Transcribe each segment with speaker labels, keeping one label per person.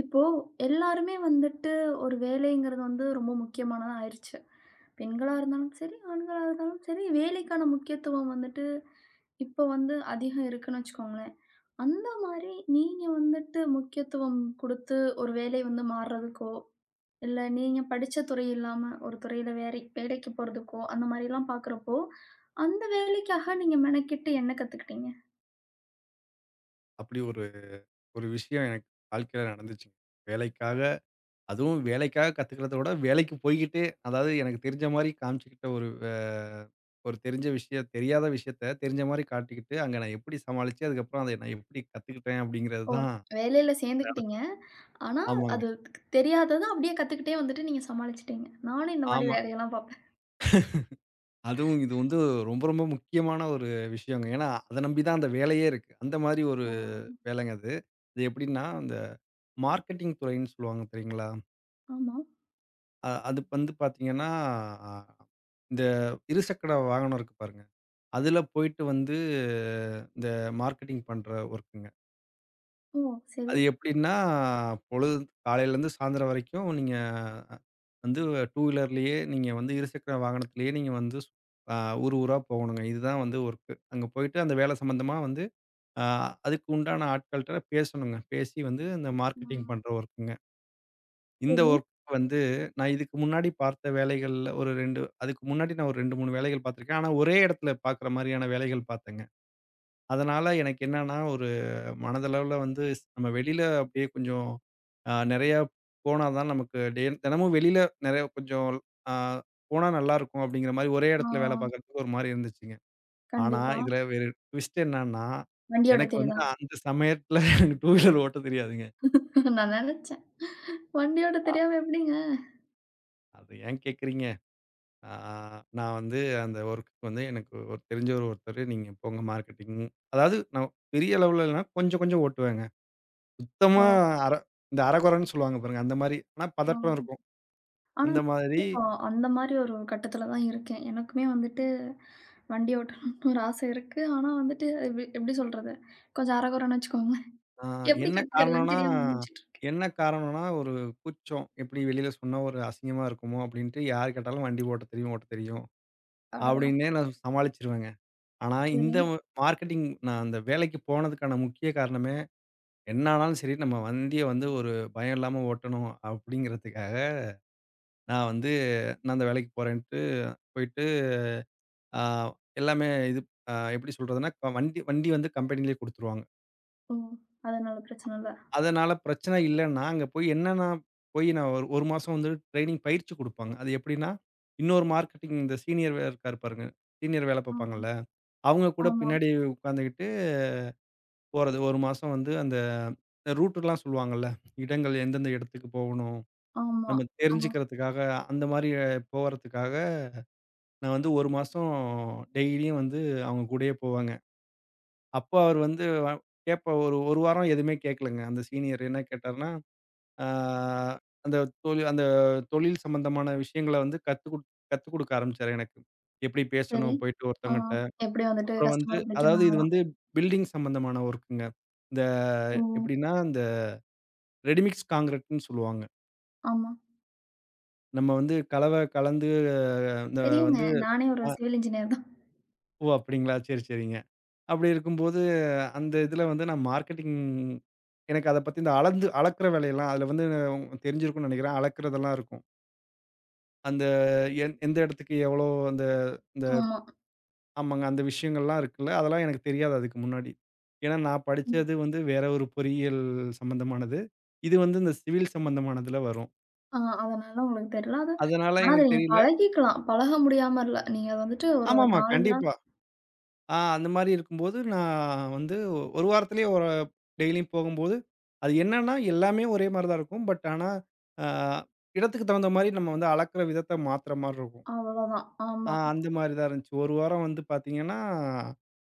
Speaker 1: இப்போ எல்லாருமே வந்துட்டு ஒரு வேலைங்கிறது வந்து ரொம்ப முக்கியமானதா ஆயிருச்சு. பெண்களா இருந்தாலும் சரி, ஆண்களா இருந்தாலும் சரி, வேலைக்கான முக்கியத்துவம் வந்துட்டு இப்போ வந்து அதிகம் இருக்குன்னு வச்சுக்கோங்களேன். அந்த மாரி நீங்க வந்துட்டு முக்கியத்துவம் குடுத்து ஒரு வேலை வந்து மாறுறதுக்கோ, இல்ல நீங்க படிச்ச துறை இல்லாம ஒரு துறையில வேலைக்கு போறதுக்கோ, அந்த மாரிலாம் பார்க்குறப்போ, அந்த வேலைக்காக நீங்க மெனக்கெட்டு என்ன கத்துக்கிட்டீங்க?
Speaker 2: அப்படி ஒரு ஒரு விஷயம் எனக்கு வாழ்க்கையில நடந்துச்சுங்க. வேலைக்காக அதுவும் வேலைக்காக கத்துக்கிறத விட, வேலைக்கு போய்க்கிட்டு, அதாவது எனக்கு தெரிஞ்ச மாரி காமிச்சுக்கிட்ட ஒரு ஒரு தெரிஞ்ச விஷயம் தெரியாத விஷயத்த தெரிஞ்ச மாரி காட்டிக்கிட்டு, அங்க நான் எப்படி சமாளிச்சு, அதுக்கப்புறம் அத நான் எப்படி கத்துக்கிட்டேன் அப்படிங்கிறது
Speaker 1: ஓ!
Speaker 2: தான்
Speaker 1: வேலையில
Speaker 2: நட
Speaker 1: சேர்ந்துக்கிட்டீங்க. ஆனா,
Speaker 2: ஆமாங்க.
Speaker 1: அது தெரியாதத அப்படியே கத்துக்கிட்டே வந்துட்டு நீங்க சமாளிச்சுட்டீங்க. நானும் இந்த மாரி
Speaker 2: ஆமா.
Speaker 1: வேலையெல்லாம் பார்ப்பேன்.
Speaker 2: அதுவும் இது வந்து ரொம்ப ரொம்ப முக்கியமான ஒரு விஷயங்க. ஏன்னா, அத நம்பி தான் அந்த வேலையே இருக்கு. அந்த மாரி ஒரு
Speaker 1: ஆ,
Speaker 2: வேலைங்க அது. அது எப்படின்னா, அந்த மார்க்கெட்டிங் துறைன்னு சொல்லுவாங்க தெரியுங்களா?
Speaker 1: ஆமா.
Speaker 2: அது வந்து பார்த்தீங்கன்னா, அ இந்த இருசக்கர வாகனம் இருக்கு பாருங்க. அதில போயிட்டு வந்து இந்த மார்க்கெட்டிங் பண்ற ஒர்க்குங்க.
Speaker 1: ஓ! சரி.
Speaker 2: அது எப்படின்னா, பொழுது காலையிலேருந்து சாயந்தரம் வரைக்கும் நீங்க வந்து 2 வீலர்லேயே நீங்க வந்து இருசக்கர வாகனத்திலேயே நீங்க வந்து அ ஊர் ஊரா போகணுங்க. இதுதான் வந்து ஒர்க்கு. அங்க போயிட்டு அந்த வேலை சம்மந்தமா வந்து அ அதுக்கு உண்டான ஆட்கள்ட்ட பேசணுங்க. பேசி வந்து இந்த மார்க்கெட்டிங்
Speaker 1: ம்.
Speaker 2: பண்ற ஒர்க்குங்க. இந்த
Speaker 1: சரி.
Speaker 2: வந்து நான் இதுக்கு முன்னாடி பார்த்த வேலைகள்ல ஒரு 2 அதுக்கு முன்னாடி நான் ஒரு 2, 3 வேலைகள் பார்த்துருக்கேன். ஆனா, ஒரே இடத்துல பார்க்குற மாரியான வேலைகள் பார்த்தேங்க. அதனால எனக்கு என்னன்னா, ஒரு மனதளவுல வந்து நம்ம வெளியில அப்படியே கொஞ்சம் நெறையா போனா தான் நமக்கு தினமும் வெளியில நெறைய கொஞ்சம் அ போனா நல்லாருக்கும் அப்படிங்கிற மாரி ஒரே
Speaker 1: ஆ,
Speaker 2: இடத்துல வேலை பார்க்குறதுக்கு ஒரு மாரி இருந்துச்சுங்க. ஆனா,
Speaker 1: கண்டிப்பா.
Speaker 2: இதுல வேற ட்விஸ்ட் என்னன்னா,
Speaker 1: வண்டியோட
Speaker 2: எனக்கு வந்து
Speaker 1: தெரியுதா?
Speaker 2: அந்த சமயத்துல எனக்கு டூ வீலர் ஓட்ட தெரியாதுங்க.
Speaker 1: நான் நெனச்சேன். வண்டியோட
Speaker 2: அ
Speaker 1: தெரியாம எப்படிங்க?
Speaker 2: அது ஏன் கேட்குறீங்க? ஆ நான் வந்து அந்த ஒர்க்குக்கு வந்து எனக்கு ஒரு தெரிஞ்சவர் ஒருத்தரு, "நீங்க போங்க மார்க்கெட்டிங்." அதாவது நான் பெரிய அளவுல இல்லன்னா, கொஞ்சம் கொஞ்சம் ஓட்டுவேங்க.
Speaker 1: ஓ!
Speaker 2: சுத்தமா அர இந்த அரகுறைன்னு சொல்லுவாங்க பாருங்க, அந்த மாரி. ஆனா
Speaker 1: ஆ.
Speaker 2: பதட்டம் இருக்கும்.
Speaker 1: ஆனா,
Speaker 2: அந்த மாதிரி
Speaker 1: இப்போ அந்த மாரி ஒரு கட்டத்துல தான் இருக்கேன். எனக்குமே வந்துட்டு வண்டி ஓட்டணும்னு ஒரு ஆசை இருக்கு. ஆனா வந்துட்டு எப்படி சொல்றது? கொஞ்சம் அரகுறன்னு வச்சுக்கோங்களேன்.
Speaker 2: ஆ
Speaker 1: எப்படி
Speaker 2: என்ன
Speaker 1: கத்துக்கிறதுன்னு
Speaker 2: காரணம்னா
Speaker 1: தெரியாம முழிச்சுட்டு இருக்கேன்.
Speaker 2: என்ன காரணம்னா, ஒரு கூச்சம். எப்படி வெளியில சொன்னா ஒரு அசிங்கமா இருக்குமோ அப்படின்ட்டு, யார் கேட்டாலும் "வண்டி ஓட்ட தெரியும், ஓட்ட தெரியும்."
Speaker 1: அடடா!
Speaker 2: அப்படின்னே நான் சமாளிச்சுருவேங்க. ஆனா
Speaker 1: சரி.
Speaker 2: இந்த மார்க்கெட்டிங் நான் அந்த வேலைக்கு போனதுக்கான முக்கிய காரணமே, என்ன ஆனாலும் சரி, நம்ம வண்டிய வந்து ஒரு பயம் இல்லாம ஓட்டணும் அப்படிங்கிறதுக்காக, நான் வந்து நான் அந்த வேலைக்கு போறேன்ட்டு போயிட்டு, ஆ எல்லாமே இது எப்படி சொல்றதுன்னா, வண்டி வண்டி வந்து கம்பெனியிலயே குடுத்துருவாங்க.
Speaker 1: ஓ! அதனால பிரச்சனை இல்ல.
Speaker 2: அதனால பிரச்சனை இல்லன்னா, அங்க போய் என்னன்னா போய் நான் ஒரு 1 மாசம் வந்து ட்ரெய்னிங் பயிற்சி குடுப்பாங்க. அது எப்படின்னா, இன்னொரு மார்க்கெட்டிங் இந்த சீனியர் இருக்காரு பாருங்க. சீனியர் வேலை
Speaker 1: ஆ.
Speaker 2: பார்ப்பாங்கல்ல, அவங்க கூட
Speaker 1: ஆமா,
Speaker 2: பின்னாடி உட்காந்துக்கிட்டு போறது. 1 மாசம் வந்து அந்த ரூட்டுலாம் சொல்லுவாங்கல்ல, இடங்கள் எந்தெந்த இடத்துக்கு போகணும்.
Speaker 1: ஆமா.
Speaker 2: நம்ம
Speaker 1: ஆ.
Speaker 2: தெரிஞ்சுக்கிறதுக்காக, அந்த மாரி போவறதுக்காக, நான் வந்து 1 மாசம் டெய்லியும் வந்து அவங்க கூடயே போவேங்க. அப்போ அவரு வந்து வ கேட்ப ஒரு 1 வாரம் எதுவுமே கேட்கலங்க. அந்த சீனியர் என்ன கேட்டாருன்னா, ஆ அந்த அந்த தொழில் சம்பந்தமான விஷயங்கள வந்து கத்துக் குடுக்க ஆரம்பிச்சாரு எனக்கு. எப்படி
Speaker 1: சரி.
Speaker 2: பேசணும் போயிட்டு
Speaker 1: ஆ
Speaker 2: ஒருத்தவங்கட்ட.
Speaker 1: எப்படி வந்துட்டு
Speaker 2: அப்புறம் வந்து
Speaker 1: கஸ்டமர்
Speaker 2: அதாவது இது
Speaker 1: பிடிக்கணும்னால.
Speaker 2: வந்து பில்டிங் சம்பந்தமான ஒர்க்குங்க. இந்த
Speaker 1: ஓ!
Speaker 2: எப்படின்னா, இந்த ரெடிமிக்ஸ் கான்கிரீட்ன்னு சொல்லுவாங்க.
Speaker 1: ஆமா.
Speaker 2: நம்ம வந்து கலவை கலந்து இந்த
Speaker 1: தெரியுங்க.
Speaker 2: வந்து
Speaker 1: நானே ஒரு
Speaker 2: அ
Speaker 1: சிவில் இன்ஜினியர் தான்.
Speaker 2: ஓ! அப்டிங்களா? சரி, சரிங்க. அப்டி இருக்கும்போது, அந்த இதுல வந்து நான் மார்க்கெட்டிங், எனக்கு அத பத்தி இந்த அளந்து அளக்குற வேலையெல்லாம் அதுல வந்து தெரிஞ்சிருக்கும்னு நெனைக்கிறேன். அளக்குறதெல்லாம் இருக்கும். அந்த எந்த இடத்துக்கு எவ்வளோ அந்த இந்த
Speaker 1: ஆமா.
Speaker 2: ஆமாங்க. அந்த விஷயங்கள்லாம் இருக்குல்ல, அதெல்லாம் எனக்கு தெரியாது அதுக்கு முன்னாடி. ஏன்னா நான்
Speaker 1: ம்.
Speaker 2: படிச்சது வந்து வேற ஒரு பொறியியல் சம்மந்தமானது. இது வந்து இந்த சிவில் சம்மந்தமானதுல வரும்.
Speaker 1: ஆ அதனால உங்களுக்கு தெரியல. அது
Speaker 2: அதனால
Speaker 1: ஆனா அத
Speaker 2: எனக்கு
Speaker 1: நீங்க
Speaker 2: தெரியல.
Speaker 1: பழகிக்கலாம். பழக முடியாம இல்ல. நீங்க அத வந்துட்டு ஒரு
Speaker 2: ஆமாமா.
Speaker 1: 4, 5 நாள்
Speaker 2: கண்டிப்பா. அந்த மாரி இருக்கும்போது, நான் வந்து ஒரு வாரத்திலேயே ஒரு டெய்லியும் போகும்போது, அது என்னன்னா எல்லாமே ஒரே மாரி தான் இருக்கும். பட் ஆனா, ஆ இடத்துக்கு தகுந்த மாரி நம்ம வந்து அளக்குற விதத்த மாத்துற மாரி இருக்கும்.
Speaker 1: அவ்வளோதான். ஆமா,
Speaker 2: அந்த மாரி தான் இருந்துச்சு. ஒரு வாரம் வந்து பார்த்தீங்கன்னா,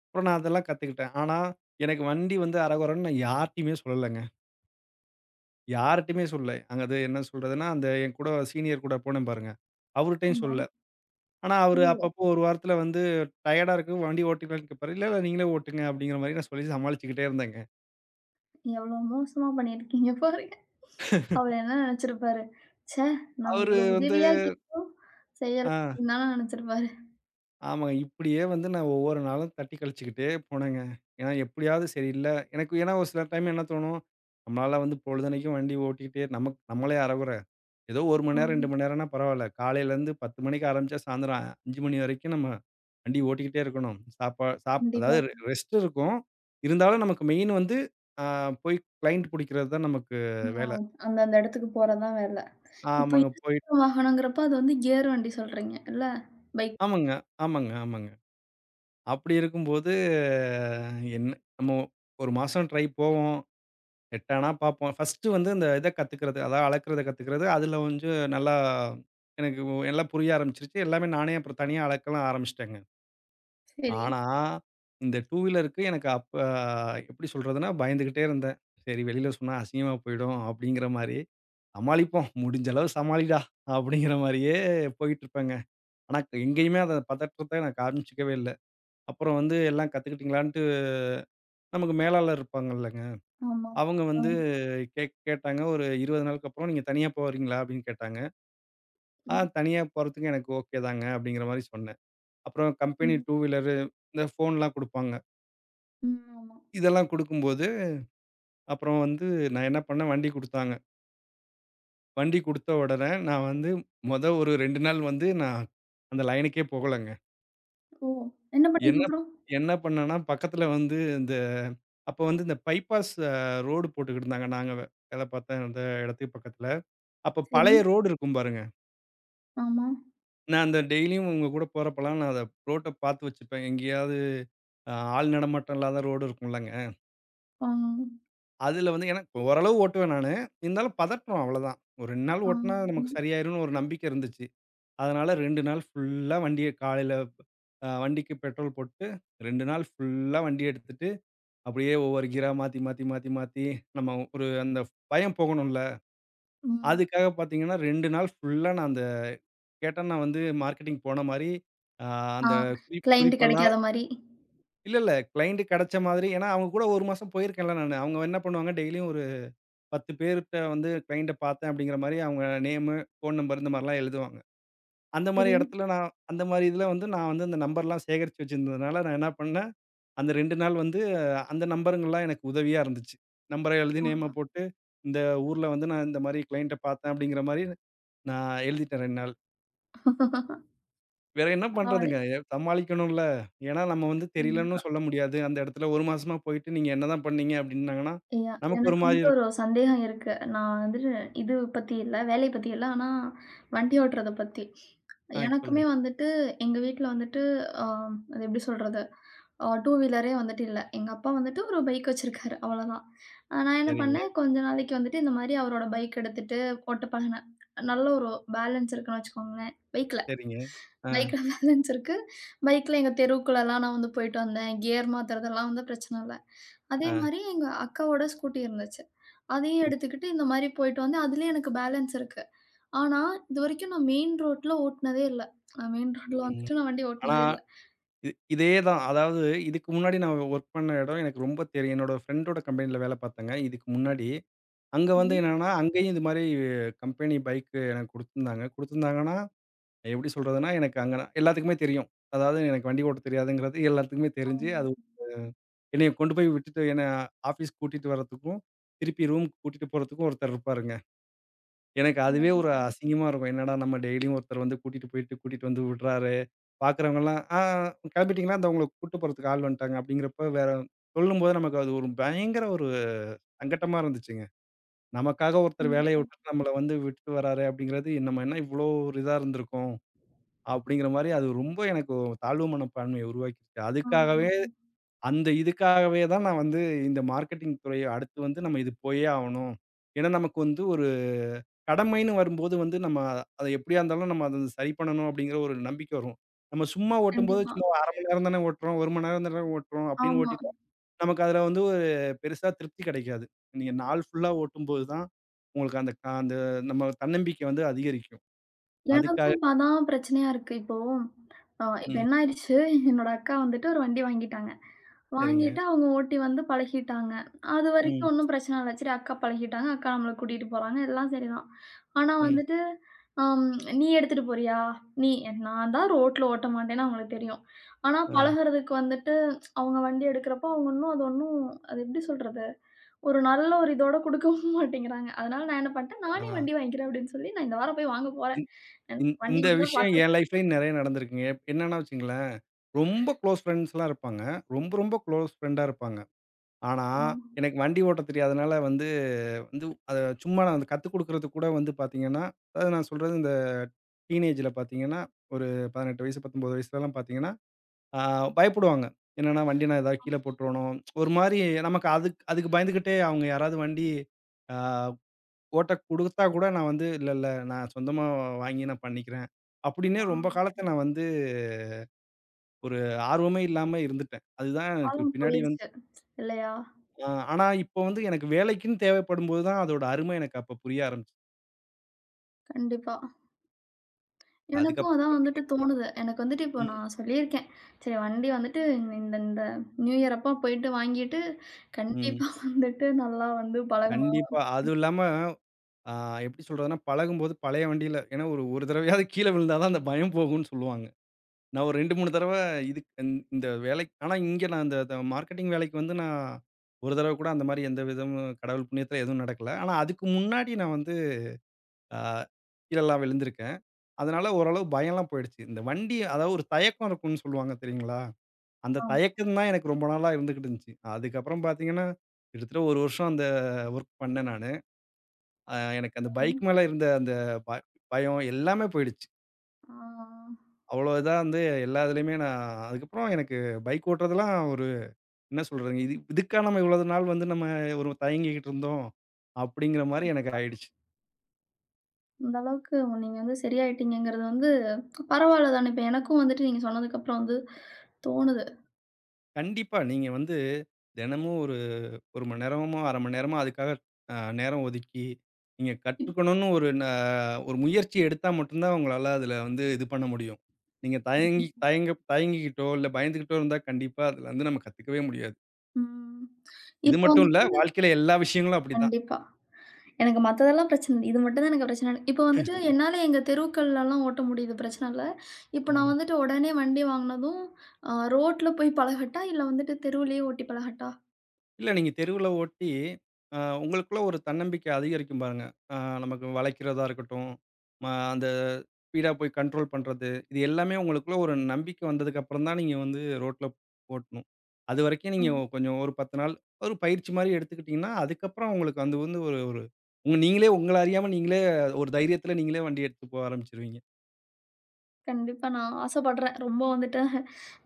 Speaker 2: அப்புறம் நான் அதெல்லாம் கத்துக்கிட்டேன். ஆனா, எனக்கு வண்டி வந்து அரகொரன்னு நான் யார்ட்டயுமே சொல்லலங்க. யார்ட்டயுமே சொல்லல. அங்க அது என்ன சொல்றதுன்னா, அந்த என் கூட சீனியர் கூட போனேன் பாருங்க, அவருட்டயும்
Speaker 1: ஆமா.
Speaker 2: சொல்லல. ஆனா, அவரு
Speaker 1: ஓ!
Speaker 2: அப்பப்போ 1 வாரத்துல வந்து டயர்டா இருக்கு, வண்டி ஓட்டிக்கலான்னு கேட்பாரு. இல்ல, இல்ல நீங்களே ஓட்டுங்க அப்படிங்கிற மாரி நான் சொல்லி சமாளிச்சுக்கிட்டே இருந்தேங்க.
Speaker 1: எவ்வளோ மோசமா பண்ணியிருக்கீங்க பாருங்க. அவர் என்ன நினைச்சிருப்பாரு? ச்சே! நம்ம
Speaker 2: அவரு
Speaker 1: இவ்வளோ
Speaker 2: வந்து
Speaker 1: உதவியா கேட்டோம். செய்யல
Speaker 2: ஆ.
Speaker 1: அப்டின்னு தான நினைச்சிருப்பாரு.
Speaker 2: ஆமாங்க. இப்படியே வந்து நான் ஒவ்வொரு நாளும் தட்டி கழிச்சுக்கிட்டே போனேங்க. ஏன்னா எப்படியாவது சரி இல்ல எனக்கு ஏன்னா ஒரு சில டைம் என்ன தோணும், நம்மளால வந்து பொழுதன்னைக்கும் வண்டி ஓட்டிக்கிட்டே நமக்கு நம்மளே அரைகுறை. ஏதோ 1 மணி நேரம்,
Speaker 1: ஆமா.
Speaker 2: 2 மணி நேரம்னா பரவால்ல. காலையிலேருந்து 10 மணிக்கு ஆரம்பிச்சா சாயந்தரம் 5 மணி வரைக்கும் நம்ம வண்டி ஓட்டிக்கிட்டே இருக்கணும். சாப்பா சாப் அதாவது
Speaker 1: கண்டிப்பா.
Speaker 2: ரெஸ்ட் இருக்கும். இருந்தாலும் நமக்கு மெயின் வந்து அ போய் கிளையண்ட் புடிக்கிறது தான் நமக்கு
Speaker 1: ஆ.
Speaker 2: வேல.
Speaker 1: அந்தந்த இடத்துக்கு போறதுதான் வேல. இப்ப
Speaker 2: ஆமாங்க.
Speaker 1: இருசக்கர வாகனம்ங்கிறப்ப அது வந்து கியர் வண்டி சொல்றீங்க இல்ல? பைக்.
Speaker 2: ஆமாங்க, ஆமாங்க, ஆமாங்க. அப்படி இருக்கும்போது, என்ன நம்ம ஒரு மாசம் ட்ரை போவோம். செட் ஆனா பார்ப்போம். ஃபர்ஸ்ட்டு வந்து அந்த இத கத்துக்கிறது, அதாவது அளக்கிறத கத்துக்கிறது, அதில கொஞ்சம் நல்லா எனக்கு எல்லாம் புரிய ஆரம்பிச்சுருச்சு. எல்லாமே நானே அப்புறம் தனியா அளக்கலாம் ஆரம்பிச்சுட்டேங்க.
Speaker 1: சரி.
Speaker 2: ஆனா, இந்த டூ வீலருக்கு எனக்கு அப்ப எப்படி சொல்றதுன்னா, பயந்துகிட்டே இருந்தேன். சரி வெளியில சொன்னா அசிங்கமா போயிடும் அப்படிங்கிற மாரி, சமாளிப்போம் முடிஞ்ச அளவு சமாளிடா அப்படிங்கிற மாரியே போயிட்டுருப்பேங்க. ஆனா எங்கேயுமே அத பதற்றத்த நான் காமிச்சுக்கவே இல்ல. அப்புறம் வந்து எல்லாம் கத்துக்கிட்டீங்களான்னு நமக்கு மேலாளர் இருப்பாங்கல்லங்க.
Speaker 1: ஆமா.
Speaker 2: அவங்க
Speaker 1: ஆ.
Speaker 2: வந்து கேட்டாங்க. ஒரு 20 நாளுக்கு அப்புறம் "நீங்க தனியா போறீங்களா?" அப்படின்னு கேட்டாங்க. "ஆ
Speaker 1: ம்.
Speaker 2: தனியா போறதுக்கு எனக்கு ஓகே தாங்க." அப்படிங்கிற மாரி சொன்னேன். அப்புறம் கம்பெனி
Speaker 1: ம்.
Speaker 2: டூ வீலரு, இந்த ஃபோன்லாம் குடுப்பாங்க.
Speaker 1: ம். ஆமா.
Speaker 2: இதெல்லாம் குடுக்கும்போது, அப்புறம் வந்து நான் என்ன பண்ணேன், வண்டி குடுத்தாங்க. வண்டி குடுத்த உடனே நான் வந்து ஒரு 2 நாள் வந்து நான் அந்த லைனுக்கே போகலங்க.
Speaker 1: ஓ! என்ன பண்ணீங்க
Speaker 2: என்ன
Speaker 1: அப்புறம்?
Speaker 2: என்ன பண்ணேன்னா, பக்கத்துல வந்து இந்த அப்ப வந்து இந்த பைபாஸ் ரோடு போட்டுக்கிட்டு இருந்தாங்க. நாங்க வேல பார்த்த அந்த இடத்துக்கு பக்கத்துல. அப்ப
Speaker 1: சரி.
Speaker 2: பழைய ரோடு இருக்கும் பாருங்க.
Speaker 1: ஆமா.
Speaker 2: நான் அந்த டெய்லியும் உங்க கூட போறப்பலாம், நான் அத ரோட்ட பார்த்து வச்சுப்பேன். எங்கேயாவது ஆள் நடமாட்டம் இல்லாத ரோடு இருக்கும்லங்க.
Speaker 1: ஆ.
Speaker 2: அதுல வந்து ஏன்னா ஓரளவு ஓட்டுவேன் நானு. இருந்தாலும் பதட்டம் அவ்வளதான். ஒரு 2 நாள்
Speaker 1: ஆ.
Speaker 2: ஓட்டுனா நமக்கு சரியாயிரும்னு ஒரு நம்பிக்கை இருந்துச்சு. அதனால 2 நாள் ஃபுல்லா வண்டிய காலையில வண்டிக்கு பெட்ரோல் போட்டு 2 நாள் ஃபுல்லா வண்டிய எடுத்துட்டு, அப்படியே ஒவ்வொரு கியரா மாத்தி, மாத்தி, மாத்தி, மாத்தி நம்ம ஒரு அந்த பயம் போகணும்ல.
Speaker 1: ம்.
Speaker 2: அதுக்காக பார்த்தீங்கன்னா, 2 நாள் ஃபுல்லா நான் அந்த கேட்டா நான் வந்து மார்க்கெட்டிங் போன மாரி, அ
Speaker 1: ஆ.
Speaker 2: அந்த
Speaker 1: கிளையன்ட்
Speaker 2: குறிப்பெல்லாம்
Speaker 1: கிடைக்காத மாரி.
Speaker 2: இல்ல, இல்ல. கிளையன்ட் கிடைச்ச மாதிரி ஏன்னா, அவங்க கூட 1 மாசம் போயிருக்கேன்ல நானு. அவங்க என்ன பண்ணுவாங்க டெய்லியும் ஒரு 10 பேர்ட்ட வந்து கிளையன்ட்ட பார்த்தேன் அப்படிங்கிற மாரி அவங்க நேமு, ஃபோன் நம்பர் இந்த மாரிலாம் எழுதுவாங்க. அந்த மாரி
Speaker 1: சரி.
Speaker 2: இடத்துல நான் அந்த மாரி இதில வந்து நான் வந்து அந்த நம்பர்லாம் சேகரிச்சு வச்சிருந்ததுனால, நான் என்ன பண்ணேன், அந்த 2 நாள் வந்து அந்த நம்பருங்கலாம் எனக்கு உதவியா இருந்துச்சு. நம்பர எழுதி நேம
Speaker 1: ஆ.
Speaker 2: போட்டு, இந்த ஊர்ல வந்து நான் இந்த மாரி கிளையன்ட்ட பார்த்தேன் அப்படிங்கிற மாரி நான் எழுதிட்டேன் 2 நாள். வேற என்ன
Speaker 1: பரவால்லை.
Speaker 2: பண்றதுங்க? சமாளிக்கணும்ல. ஏன்னா நம்ம வந்து
Speaker 1: ம்.
Speaker 2: தெரியலன்னும் சொல்ல முடியாது. அந்த இடத்துல 1 மாசமா போயிட்டு நீங்க என்னதான் பண்ணீங்க அப்டின்னாங்கன்னா,
Speaker 1: யா
Speaker 2: நமக்கு ஒரு
Speaker 1: எனக்கு
Speaker 2: மாரி
Speaker 1: வந்துட்டு ஒரு
Speaker 2: இருக்கும்.
Speaker 1: சந்தேகம் இருக்கு. நான் வந்துட்டு இது பத்தி இல்ல, வேலைய பத்தி இல்ல. ஆனா வண்டி ஓட்டுறத பத்தி. எனக்குமே
Speaker 2: சொல்லுங்க.
Speaker 1: வந்துட்டு எங்க வீட்ல வந்துட்டு அ அது எப்படி சொல்றது? டூ வீலரே வந்துட்டு இல்ல. எங்க அப்பா வந்துட்டு ஒரு பைக் வச்சிருக்காரு, அவ்வளோதான். நான் என்ன
Speaker 2: சரிங்க,
Speaker 1: பண்ணேன், கொஞ்ச நாளைக்கு வந்துட்டு இந்த மாரி அவரோட பைக் எடுத்துட்டு ஓட்ட பழகுனேன். நல்ல ஒரு பேலன்ஸ் இருக்குன்னு வச்சுக்கோங்களேன், பைக்ல.
Speaker 2: சரிங்க. ஆ,
Speaker 1: பைக்ல பேலன்ஸ் இருக்கு. பைக்ல எங்க தெருவுக்குள்ளலாம் நான் வந்து போயிட்டு வந்தேன். கியர் மாத்துறதெல்லாம் வந்து பிரச்சன இல்ல. அதே
Speaker 2: ஆ.
Speaker 1: மாரி எங்க அக்காவோட ஸ்கூட்டி இருந்துச்சு. அதையும்
Speaker 2: ம்,
Speaker 1: எடுத்துக்கிட்டு இந்த மாரி போயிட்டு வந்து அதுலயும் எனக்கு பேலன்ஸ் இருக்கு. ஆனா, இதுவரைக்கும் நான் மெயின் ரோட்ல ஓட்டுனதே இல்ல. நான் மெயின் ரோட்ல
Speaker 2: ம்.
Speaker 1: வந்துட்டு நான் வண்டி
Speaker 2: ஆனா
Speaker 1: ஓட்டுனதே இல்ல.
Speaker 2: இதே தான். அதாவது இதுக்கு முன்னாடி நான் ஒர்க் பண்ண இடம் எனக்கு ரொம்ப தெரியும். என்னோட ஃப்ரெண்டோட கம்பெனில வேல பார்த்தேங்க இதுக்கு முன்னாடி. அங்க வந்து
Speaker 1: கண்டிப்பா.
Speaker 2: என்னன்னா, அங்கேயும் இது மாரி கம்பெனி பைக் எனக்கு குடுத்துருந்தாங்க. குடுத்துருந்தாங்கன்னா எப்படி சொல்றதுன்னா, எனக்கு அங்க நான் எல்லாத்துக்குமே தெரியும். அதாவது எனக்கு வண்டி ஓட்ட தெரியாதுங்கிறது எல்லாத்துக்குமே தெரிஞ்சு, அது ஒரு என்னைய கொண்டு போய் விட்டுட்டு என்ன ஆஃபீஸ் கூட்டிட்டு வரதுக்கும், திருப்பி ரூமுக்கு கூட்டிட்டு போறதுக்கும் ஒருத்தர் இருப்பாருங்க. எனக்கு அதுவே ஒரு அசிங்கமா இருக்கும். என்னடா நம்ம டெய்லியும் ஒருத்தர் வந்து கூட்டிட்டு போயிட்டு, கூட்டிட்டு வந்து விடுறாரு. பார்க்குறவங்கலாம், "ஆ கிளம்பிட்டீங்களா? இந்த உங்கள கூட்டு போறதுக்கு ஆள் வந்துட்டாங்க." அப்படிங்கிறப்ப வேற சொல்லும்போது நமக்கு அது ஒரு பயங்கர ஒரு சங்கட்டமா இருந்துச்சுங்க. நமக்காக ஒருத்தர் வேலைய
Speaker 1: கண்டிப்பா.
Speaker 2: விட்டுட்டு நம்மள வந்து விட்டுட்டு வராரே அப்படிங்கிறது, நம்ம என்ன இவ்வளோ ஒரு இதா இருந்திருக்கோம். அப்படிங்கிற மாரி அது ரொம்ப எனக்கு ஒரு தாழ்வு மனப்பான்மைய உருவாக்கிருச்சு.
Speaker 1: ஆமா.
Speaker 2: அதுக்காகவே அந்த இதுக்காகவே தான் நான் வந்து இந்த மார்க்கெட்டிங் துறைய அடுத்து வந்து நம்ம இது போயே ஆவணும். ஏன்னா, நமக்கு வந்து ஒரு கடமைன்னு வரும்போது வந்து நம்ம அத எப்படியா இருந்தாலும் நம்ம அத சரி பண்ணணும் அப்படிங்கிற ஒரு நம்பிக்கை வரும். நம்ம சும்மா ஓட்டும்போது
Speaker 1: கண்டிப்பா.
Speaker 2: சும்மா 1/2 மணி நேரம் தானே ஓட்டுறோம், 1 மணி நேரம் தானே ஓட்டுறோம் அப்படின்னு
Speaker 1: ஆமா.
Speaker 2: ஓட்டிட்டா, நமக்கு அதுல வந்து ஒரு பெருசா திருப்தி கிடைக்காது. நீங்க நாள் ஃபுல்லா ஓட்டும்போது தான் உங்களுக்கு அந்த அந்த நம்ம தன்னம்பிக்கை வந்து அதிகரிக்கும். அதுக்காக
Speaker 1: எனக்கும் இப்ப அதான் பிரச்சனையா இருக்கு. இப்போ இப்ப
Speaker 2: ம்.
Speaker 1: என்ன ஆயிடுச்சு, என்னோட அக்கா வந்துட்டு ஒரு வண்டி வாங்கிட்டாங்க.
Speaker 2: சரிங்க.
Speaker 1: வாங்கிட்டு அவங்க ஓட்டி வந்து பழகிட்டாங்க.
Speaker 2: ம்.
Speaker 1: அதுவரைக்கும் ஒண்ணும் பிரச்சனை இல்ல. சரி அக்கா பழகிட்டாங்க, அக்கா நம்மள கூட்டிட்டு போறாங்க, எல்லாம் சரிதான். ஆனா
Speaker 2: ம்.
Speaker 1: வந்துட்டு, அம் "நீ எடுத்துட்டு போறியா? நீ" நான் தான் ரோட்ல ஓட்ட மாட்டேன்னு அவங்களுக்கு தெரியும். ஆனா
Speaker 2: அ
Speaker 1: பழகுறதுக்கு வந்துட்டு அவங்க வண்டி எடுக்கிறப்போ அவங்க இன்னும் அது ஒண்ணும் அது எப்படி சொல்றது? ஒரு நல்ல ஒரு இதோட குடுக்கவும் மாட்டேங்கிறாங்க. அதனால நான் என்ன பண்ணிட்டேன், நானே
Speaker 2: ஆ.
Speaker 1: வண்டி வாங்கிக்கிறேன் அப்படின்னு சொல்லி, நான் இந்த வாரம் போய் வாங்க போறேன்.
Speaker 2: இந்
Speaker 1: எனக்கு
Speaker 2: இந்
Speaker 1: வண்டி
Speaker 2: இந்த
Speaker 1: மட்டும் தான்
Speaker 2: விஷயம் என் லைஃப்லயும் நெறைய நடந்திருக்குங்க. என்னன்னா வச்சுக்கங்களேன், ரொம்ப குளோஸ் ஃப்ரெண்ட்ஸ்லாம் இருப்பாங்க. ரொம்ப, ரொம்ப குளோஸ் ஃப்ரெண்டா இருப்பாங்க. ஆனா,
Speaker 1: பார்க்கணும்.
Speaker 2: எனக்கு வண்டி ஓட்ட தெரியாதனால வந்து வந்து அத சும்மா நான் வந்து கத்துக் குடுக்குறதுக்கு கூட வந்து பார்த்தீங்கன்னா, அதாவது நான் சொல்றது இந்த டீனேஜ்ல பார்த்தீங்கன்னா, ஒரு 18 வயசு, 19 வயசுலலாம் பார்த்தீங்கன்னா, ஆ பயப்படுவாங்க. என்னன்னா வண்டினா ஏதாவது கீழ போட்டுருவானோ? ஒரு மாரி நமக்கு அதுக்கு அதுக்கு பயந்துகிட்டே அவங்க யாராவது வண்டி ஆ ஓட்ட குடுத்தா கூட நான் வந்து, "இல்ல, இல்ல நான் சொந்தமா வாங்கி நான் பண்ணிக்கிறேன்." அப்படின்னே
Speaker 1: ஆ
Speaker 2: ரொம்ப காலத்த நான் வந்து ஒரு ஆர்வமே இல்லாம இருந்துட்டேன். அதுதான் எனக்கு
Speaker 1: காலம்
Speaker 2: பின்னாடி வந்து
Speaker 1: போயிருச்சு. இல்லையா?
Speaker 2: ஆனா இப்போ வந்து எனக்கு வேலைக்குன்னு தேவைப்படும்போது தான் அதோட அருமை எனக்கு அப்ப புரிய ஆரம்பிச்சுது.
Speaker 1: கண்டிப்பா. எனக்கும்
Speaker 2: அதுக்கப்புறம்
Speaker 1: அதான் வந்துட்டு
Speaker 2: பார்த்தீங்கன்னா
Speaker 1: தோணுது. எனக்கு வந்துட்டு இப்போ
Speaker 2: ம்,
Speaker 1: நான் சொல்லியிருக்கேன். சரி வண்டி வந்துட்டு இந்த இந்த நியூ இயர் அப்ப போயிட்டு வாங்கிட்டு,
Speaker 2: ம்.
Speaker 1: கண்டிப்பா வந்துட்டு நல்லா வந்து பழகணும்.
Speaker 2: கண்டிப்பா. அதுவும் இல்லாம அ எப்படி சொல்றதுன்னா, பழகும்போது பழைய வண்டியில ஏன்னா ஒரு ஒரு தடவையாவது கீழ விழுந்தா தான் அந்த பயம் போகும்ன்னு சொல்லுவாங்க. நான் ஒரு 2, 3 தடவ இதுக் இந் இந்த வேலைக் ஆனா இங்க நான் இந்த மார்க்கெட்டிங் வேலைக்கு வந்து நான் ஒரு தடவ கூட அந்த மாரி எந்த விதமும் கடவுள் புண்ணியத்துல எதுவும் நடக்கல. ஆனா அதுக்கு முன்னாடி நான் வந்து ஆ கீழலாம் விழுந்திருக்கேன். அதனால ஓரளவு பயம்லாம் போயிடுச்சு. இந்த வண்டி அதாவது ஒரு தயக்கம் இருக்கும்னு சொல்லுவாங்க தெரியுங்களா? அந்த
Speaker 1: ஆமா.
Speaker 2: தயக்கம் தான் எனக்கு ரொம்ப நாளா இருந்துகிட்டு இருந்துச்சு. அதுக்கப்புறம் பார்த்தீங்கன்னா, கிட்டத்தட்ட 1 வருஷம் அந்த வொர்க் பண்ணேன் நானு. எனக்கு அந்த பைக் மேல இருந்த அந்த ப பயம் எல்லாமே போயிடுச்சு.
Speaker 1: ஆ
Speaker 2: அவ்வளோ இதா வந்து எல்லா இதுலயுமே நான் அதுக்கப்புறம் எனக்கு பைக் ஓட்டுறதெல்லாம் என்ன சொல்றதுங்க, இது இதுக்கா நம்ம இவ்வளவு நாள் வந்து நம்ம ஒரு தயங்கிக்கிட்டு இருந்தோம், அப்படிங்கிற மாரி எனக்கு ஆயிடுச்சு.
Speaker 1: இந்த அளவுக்கு நீங்க வந்து சரியாயிட்டீங்கங்கிறது வந்து பரவாயில்ல தானே. இப்ப எனக்கும் வந்துட்டு நீங்க சொன்னதுக்கு அப்புறம் வந்து தோணுது.
Speaker 2: கண்டிப்பா நீங்க வந்து தினமும் ஒரு 1 மணி நேரமோ, 1/2 மணி நேரமோ அதுக்காக நேரம் ஒதுக்கி, நீங்க கத்துக்கணும்னு ஒரு முயற்சி எடுத்தா மட்டும் தான் உங்களால அதுல வந்து இது பண்ண முடியும். நீங்க தயங்கிக்கிட்டோ, இல்ல பயந்துகிட்டோ இருந்தா கண்டிப்பா அதுல வந்து நம்ம கத்துக்கவே முடியாது.
Speaker 1: ம்.
Speaker 2: இது
Speaker 1: இப்போ
Speaker 2: மட்டும் இல்ல,
Speaker 1: வந்துட்டு
Speaker 2: வாழ்க்கையில எல்லா விஷயங்களும் அப்படிதான்.
Speaker 1: கண்டிப்பா. எனக்கு மத்ததெல்லாம் பிரச்சனை இல்ல. இது மட்டும் தான் எனக்கு பிரச்சனை. இப்போ வந்துட்டு என்னால எங்க தெருக்கள்லலாம் ஓட்ட முடியுது, பிரச்சனை இல்ல. இப்போ நான்
Speaker 2: ம்.
Speaker 1: வந்துட்டு உடனே வண்டி வாங்குனதும், ரோட்ல போய் பழகட்டா? இல்ல வந்துட்டு தெருவுலயே ஓட்டி பழகட்டா?
Speaker 2: இல்ல நீங்க தெருவுல ஓட்டி, அ உங்களுக்குள்ள ஒரு தன்னம்பிக்கை அதிகரிக்கும் பாருங்க. அ நமக்கு வளைக்கிறதா இருக்கட்டும், ம அந்த ஸ்பீடா போய் கண்ட்ரோல் பண்றது, இது எல்லாமே உங்களுக்குள்ள ஒரு நம்பிக்கை வந்ததுக்கப்புறம் தான் நீங்க வந்து ரோட்ல ஓட்டணும். அதுவரைக்கும் நீங்க
Speaker 1: ம்.
Speaker 2: கொஞ்சம் ஒரு 10 நாள் ஒரு பயிற்சி மாரி எடுத்துக்கிட்டீங்கன்னா, அதுக்கப்புறம் உங்களுக்கு அது வந்து ஒரு ஒரு உங்க நீங்களே உங்கள அறியாம நீங்களே ஒரு தைரியத்துல நீங்களே வண்டி எடுத்துட்டு போக ஆரம்பிச்சுருவீங்க.
Speaker 1: கண்டிப்பா நான் ஆசைப்படுறேன். ரொம்ப வந்துட்டு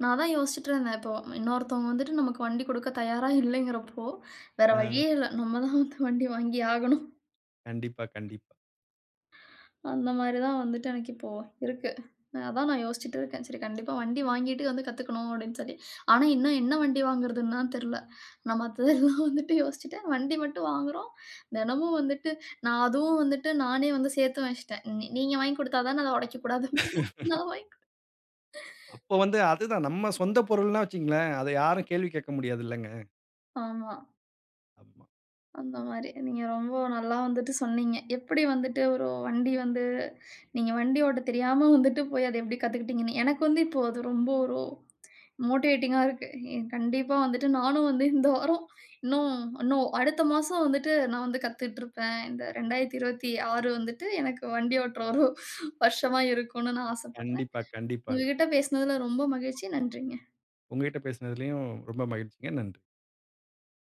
Speaker 1: நான் அதான் யோசிச்சுட்டு இருந்தேன். இப்போ இன்னொருத்தவங்க வந்துட்டு நமக்கு வண்டி குடுக்க தயாரா இல்லைங்கிறப்போ, வேற
Speaker 2: ஆ.
Speaker 1: வழியே இல்ல. நம்ம தான் வந்து வண்டி வாங்கியே ஆகணும்.
Speaker 2: கண்டிப்பா, கண்டிப்பா.
Speaker 1: அந்த மாரி தான் வந்துட்டு எனக்கு இப்போ இருக்கு. நான் அதான் யோசிச்சுட்டு இருக்கேன். சரி கண்டிப்பா வண்டி வாங்கிட்டு வந்து கத்துக்கணும் அப்படின்னு சொல்லி. ஆனா இன்னும் என்ன வண்டி வாங்குறதுன்னு தான் தெரியல. நான் மத்ததெல்லாம் வந்துட்டு யோசிச்சுட்டேன். வண்டி மட்டும் வாங்குறோம். தினமும் வந்துட்டு நான் அதுவும் வந்துட்டு நானே வந்து சேர்த்து வச்சுட்டேன். நீங்க வாங்கி குடுத்தா தானே அத உடைக்கக்கூடாது. நான் வாங்கி
Speaker 2: அப்போ வந்து அதுதான் நம்ம சொந்த பொருள்னா வச்சுக்கங்களேன், அத யாரும் கேள்வி கேட்க முடியாது இல்லங்க.
Speaker 1: ஆமா.
Speaker 2: ஆமா.
Speaker 1: அந்த மாரி. நீங்க ரொம்ப நல்லா வந்துட்டு சொன்னீங்க. எப்படி வந்துட்டு ஒரு வண்டி வந்து நீங்க வண்டி ஓட்ட தெரியாம வந்துட்டு போய் அத எப்படி கத்துக்கிட்டீங்கன்னு. எனக்கு வந்து இப்போ அது ரொம்ப ஒரு மோட்டிவேட்டிங்கா இருக்கு. எ கண்டிப்பா வந்துட்டு நானும் வந்து இந்த வாரம் இன்னும் இன்னும் அடுத்த மாசம் வந்துட்டு நான் வந்து கத்துட்டுருப்பேன். இந்த 2026 வந்துட்டு எனக்கு வண்டி ஓட்டுற ஒரு வருஷமா இருக்கும்னு நான் ஆசைப்படுறேன்.
Speaker 2: கண்டிப்பா, கண்டிப்பாங்க.
Speaker 1: உங்ககிட்ட பேசினதுல ரொம்ப மகிழ்ச்சி. நன்றிங்க.
Speaker 2: உங்ககிட்ட பேசினதுலயும் ரொம்ப மகிழ்ச்சிங்க. நன்றி.